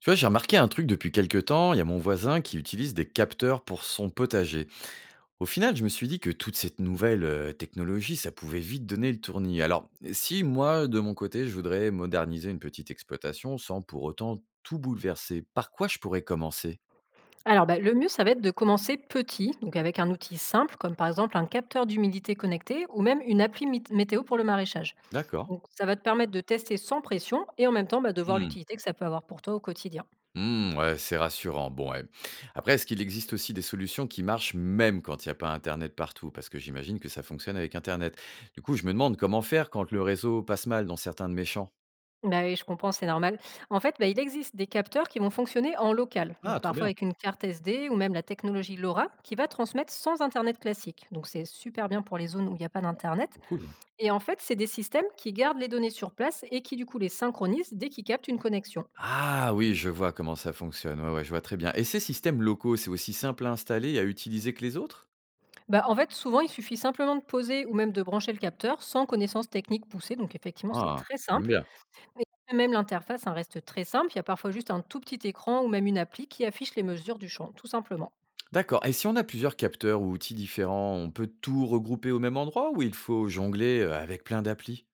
Tu vois, j'ai remarqué un truc depuis quelque temps, il y a mon voisin qui utilise des capteurs pour son potager. Au final, je me suis dit que toute cette nouvelle technologie, ça pouvait vite donner le tournis. Alors, si moi, de mon côté, je voudrais moderniser une petite exploitation sans pour autant tout bouleverser, par quoi je pourrais commencer? Alors, bah, le mieux, ça va être de commencer petit, donc avec un outil simple, comme par exemple un capteur d'humidité connecté ou même une appli météo pour le maraîchage. D'accord. Donc, ça va te permettre de tester sans pression et en même temps bah, de voir Hmm. l'utilité que ça peut avoir pour toi au quotidien. Hmm, ouais, c'est rassurant. Bon, ouais. Après, est-ce qu'il existe aussi des solutions qui marchent même quand il n'y a pas Internet partout? Parce que j'imagine que ça fonctionne avec Internet. Du coup, je me demande comment faire quand le réseau passe mal dans certains de mes champs. Bah oui, je comprends, c'est normal. En fait, bah, il existe des capteurs qui vont fonctionner en local, donc Ah, trop parfois bien. avec une carte SD ou même la technologie LoRa qui va transmettre sans Internet classique. Donc, c'est super bien pour les zones où il n'y a pas d'Internet. Trop cool, ouais. Et en fait, c'est des systèmes qui gardent les données sur place et qui, du coup, les synchronisent dès qu'ils captent une connexion. Ah oui, je vois comment ça fonctionne. Ouais, ouais, je vois très bien. Et ces systèmes locaux, c'est aussi simple à installer et à utiliser que les autres? Bah, en fait, souvent, il suffit simplement de poser ou même de brancher le capteur sans connaissance technique poussée. Donc, effectivement, c'est Ah, très j'aime simple. bien. Et même l'interface hein, reste très simple. Il y a parfois juste un tout petit écran ou même une appli qui affiche les mesures du champ, tout simplement. D'accord. Et si on a plusieurs capteurs ou outils différents, on peut tout regrouper au même endroit ou il faut jongler avec plein d'applis?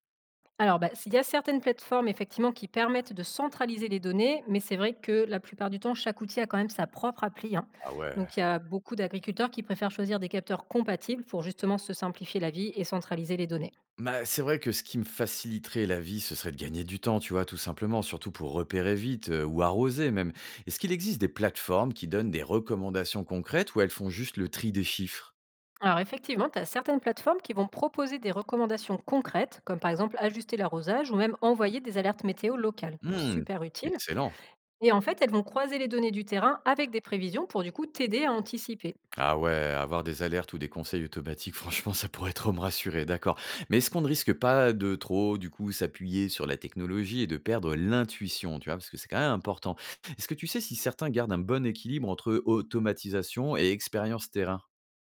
Alors, bah, s'il y a certaines plateformes, effectivement, qui permettent de centraliser les données, mais c'est vrai que la plupart du temps, chaque outil a quand même sa propre appli, hein. Ah ouais. Donc, il y a beaucoup d'agriculteurs qui préfèrent choisir des capteurs compatibles pour justement se simplifier la vie et centraliser les données. Bah, c'est vrai que ce qui me faciliterait la vie, ce serait de gagner du temps, tu vois, tout simplement, surtout pour repérer vite ou arroser même. Est-ce qu'il existe des plateformes qui donnent des recommandations concrètes ou elles font juste le tri des chiffres? Alors effectivement, tu as certaines plateformes qui vont proposer des recommandations concrètes, comme par exemple ajuster l'arrosage ou même envoyer des alertes météo locales. Donc Hmm, super utile. excellent. Et en fait, elles vont croiser les données du terrain avec des prévisions pour du coup t'aider à anticiper. Ah ouais, avoir des alertes ou des conseils automatiques, franchement, ça pourrait trop me rassurer, d'accord. Mais est-ce qu'on ne risque pas de trop, du coup, s'appuyer sur la technologie et de perdre l'intuition, tu vois, parce que c'est quand même important. Est-ce que tu sais si certains gardent un bon équilibre entre automatisation et expérience terrain?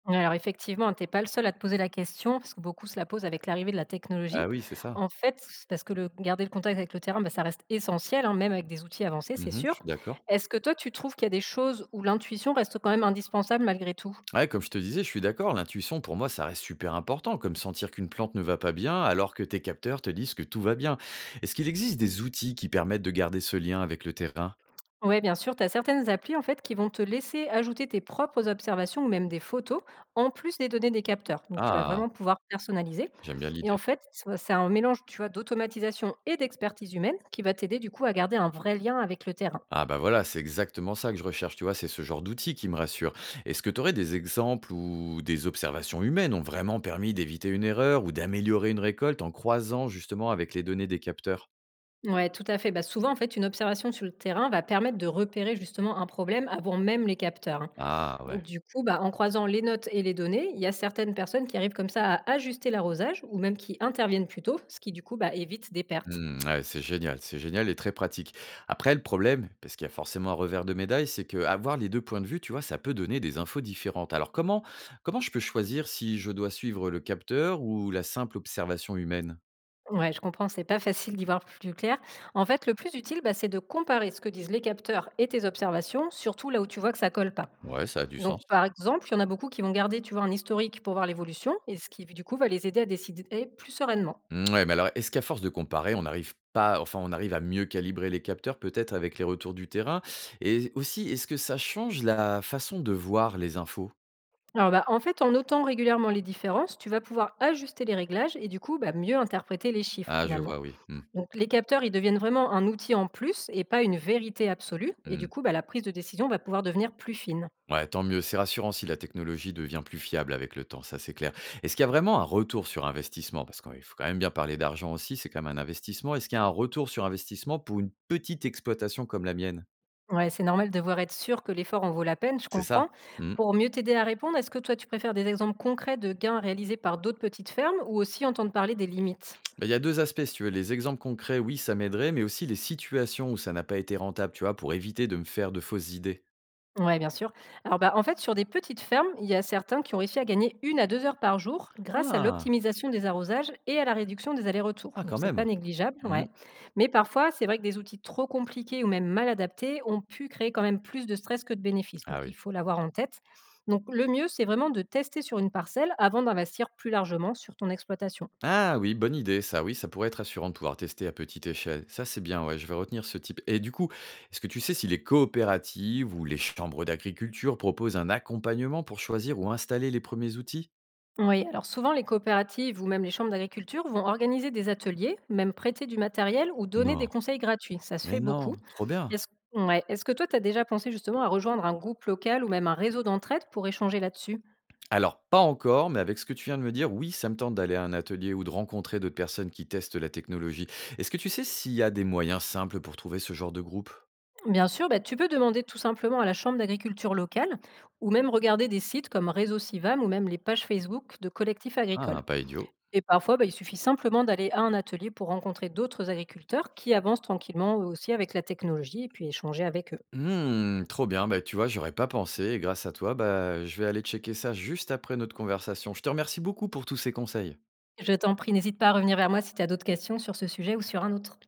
Alors effectivement, tu n'es pas le seul à te poser la question, parce que beaucoup se la posent avec l'arrivée de la technologie. Ah oui, c'est ça. En fait, c'est parce que le, garder le contact avec le terrain, bah, ça reste essentiel, hein, même avec des outils avancés, c'est Mhm, je sûr. suis d'accord. Est-ce que toi, tu trouves qu'il y a des choses où l'intuition reste quand même indispensable malgré tout? Ouais, comme je te disais, je suis d'accord. L'intuition, pour moi, ça reste super important, comme sentir qu'une plante ne va pas bien alors que tes capteurs te disent que tout va bien. Est-ce qu'il existe des outils qui permettent de garder ce lien avec le terrain? Ouais, bien sûr, tu as certaines applis en fait qui vont te laisser ajouter tes propres observations ou même des photos en plus des données des capteurs. Donc tu vas Ah, vraiment pouvoir personnaliser. j'aime bien Et en l'idée. fait, c'est un mélange, tu vois, d'automatisation et d'expertise humaine qui va t'aider du coup à garder un vrai lien avec le terrain. Ah bah voilà, c'est exactement ça que je recherche, tu vois, c'est ce genre d'outils qui me rassure. Est-ce que tu aurais des exemples où des observations humaines ont vraiment permis d'éviter une erreur ou d'améliorer une récolte en croisant justement avec les données des capteurs? Ouais, tout à fait. Bah, souvent, en fait, une observation sur le terrain va permettre de repérer justement un problème avant même les capteurs, hein. Ah Donc, ouais. du coup, bah, en croisant les notes et les données, il y a certaines personnes qui arrivent comme ça à ajuster l'arrosage ou même qui interviennent plus tôt, ce qui du coup bah, évite des pertes. Hmm, ouais, c'est génial et très pratique. Après, le problème, parce qu'il y a forcément un revers de médaille, c'est que avoir les deux points de vue, tu vois, ça peut donner des infos différentes. Alors comment, comment je peux choisir si je dois suivre le capteur ou la simple observation humaine? Ouais, je comprends, c'est pas facile d'y voir plus clair. En fait, le plus utile, bah, c'est de comparer ce que disent les capteurs et tes observations, surtout là où tu vois que ça colle pas. Ouais, ça a du Donc, sens. par exemple, il y en a beaucoup qui vont garder, tu vois, un historique pour voir l'évolution, et ce qui, du coup, va les aider à décider plus sereinement. Mmh, ouais, mais alors, est-ce qu'à force de comparer, on n'arrive pas enfin, on arrive à mieux calibrer les capteurs peut-être avec les retours du terrain? Et aussi, est-ce que ça change la façon de voir les infos? Alors, bah, en fait, en notant régulièrement les différences, tu vas pouvoir ajuster les réglages et du coup, bah, mieux interpréter les chiffres Ah, je finalement. vois, oui. Mmh, Donc, les capteurs, ils deviennent vraiment un outil en plus et pas une vérité absolue. Et du mmh. coup, bah, la prise de décision va pouvoir devenir plus fine. Ouais, tant mieux, c'est rassurant si la technologie devient plus fiable avec le temps, ça, c'est clair. Est-ce qu'il y a vraiment un retour sur investissement? Parce qu'il faut quand même bien parler d'argent aussi, c'est quand même un investissement. Est-ce qu'il y a un retour sur investissement pour une petite exploitation comme la mienne? Ouais, c'est normal de devoir être sûr que l'effort en vaut la peine, je C'est comprends. ça? Mmh. Pour mieux t'aider à répondre, est-ce que toi, tu préfères des exemples concrets de gains réalisés par d'autres petites fermes ou aussi entendre parler des limites? Bah, il y a deux aspects, si tu veux. Les exemples concrets, oui, ça m'aiderait, mais aussi les situations où ça n'a pas été rentable, tu vois, pour éviter de me faire de fausses idées. Ouais, bien sûr. Alors, bah, en fait, sur des petites fermes, il y a certains qui ont réussi à gagner une à 2 heures par jour grâce à Ah, l'optimisation des arrosages et à la réduction des allers-retours. ah Donc, quand c'est même. pas négligeable, Mhm. ouais. Mais parfois, c'est vrai que des outils trop compliqués ou même mal adaptés ont pu créer quand même plus de stress que de bénéfices. Ah Donc, il oui. faut l'avoir en tête. Donc, le mieux, c'est vraiment de tester sur une parcelle avant d'investir plus largement sur ton exploitation. Ah oui, bonne idée, ça, oui, ça pourrait être assurant de pouvoir tester à petite échelle. Ça, c'est bien, ouais, je vais retenir ce type. Et du coup, est-ce que tu sais si les coopératives ou les chambres d'agriculture proposent un accompagnement pour choisir ou installer les premiers outils? Oui, alors souvent les coopératives ou même les chambres d'agriculture vont organiser des ateliers, même prêter du matériel ou donner des Non. conseils gratuits. Ça se Mais fait beaucoup. non, trop bien. Est-ce Ouais. Est-ce que toi, tu as déjà pensé justement à rejoindre un groupe local ou même un réseau d'entraide pour échanger là-dessus? Alors, pas encore, mais avec ce que tu viens de me dire, oui, ça me tente d'aller à un atelier ou de rencontrer d'autres personnes qui testent la technologie. Est-ce que tu sais s'il y a des moyens simples pour trouver ce genre de groupe? Bien sûr, bah, tu peux demander tout simplement à la chambre d'agriculture locale ou même regarder des sites comme Réseau Sivam ou même les pages Facebook de collectifs agricoles. Ah, pas idiot. Et parfois, bah, il suffit simplement d'aller à un atelier pour rencontrer d'autres agriculteurs qui avancent tranquillement eux aussi avec la technologie et puis échanger avec eux. Hmm, trop bien, bah, tu vois, j'aurais pas pensé, et grâce à toi, bah, je vais aller checker ça juste après notre conversation. Je te remercie beaucoup pour tous ces conseils. Je t'en prie, n'hésite pas à revenir vers moi si tu as d'autres questions sur ce sujet ou sur un autre.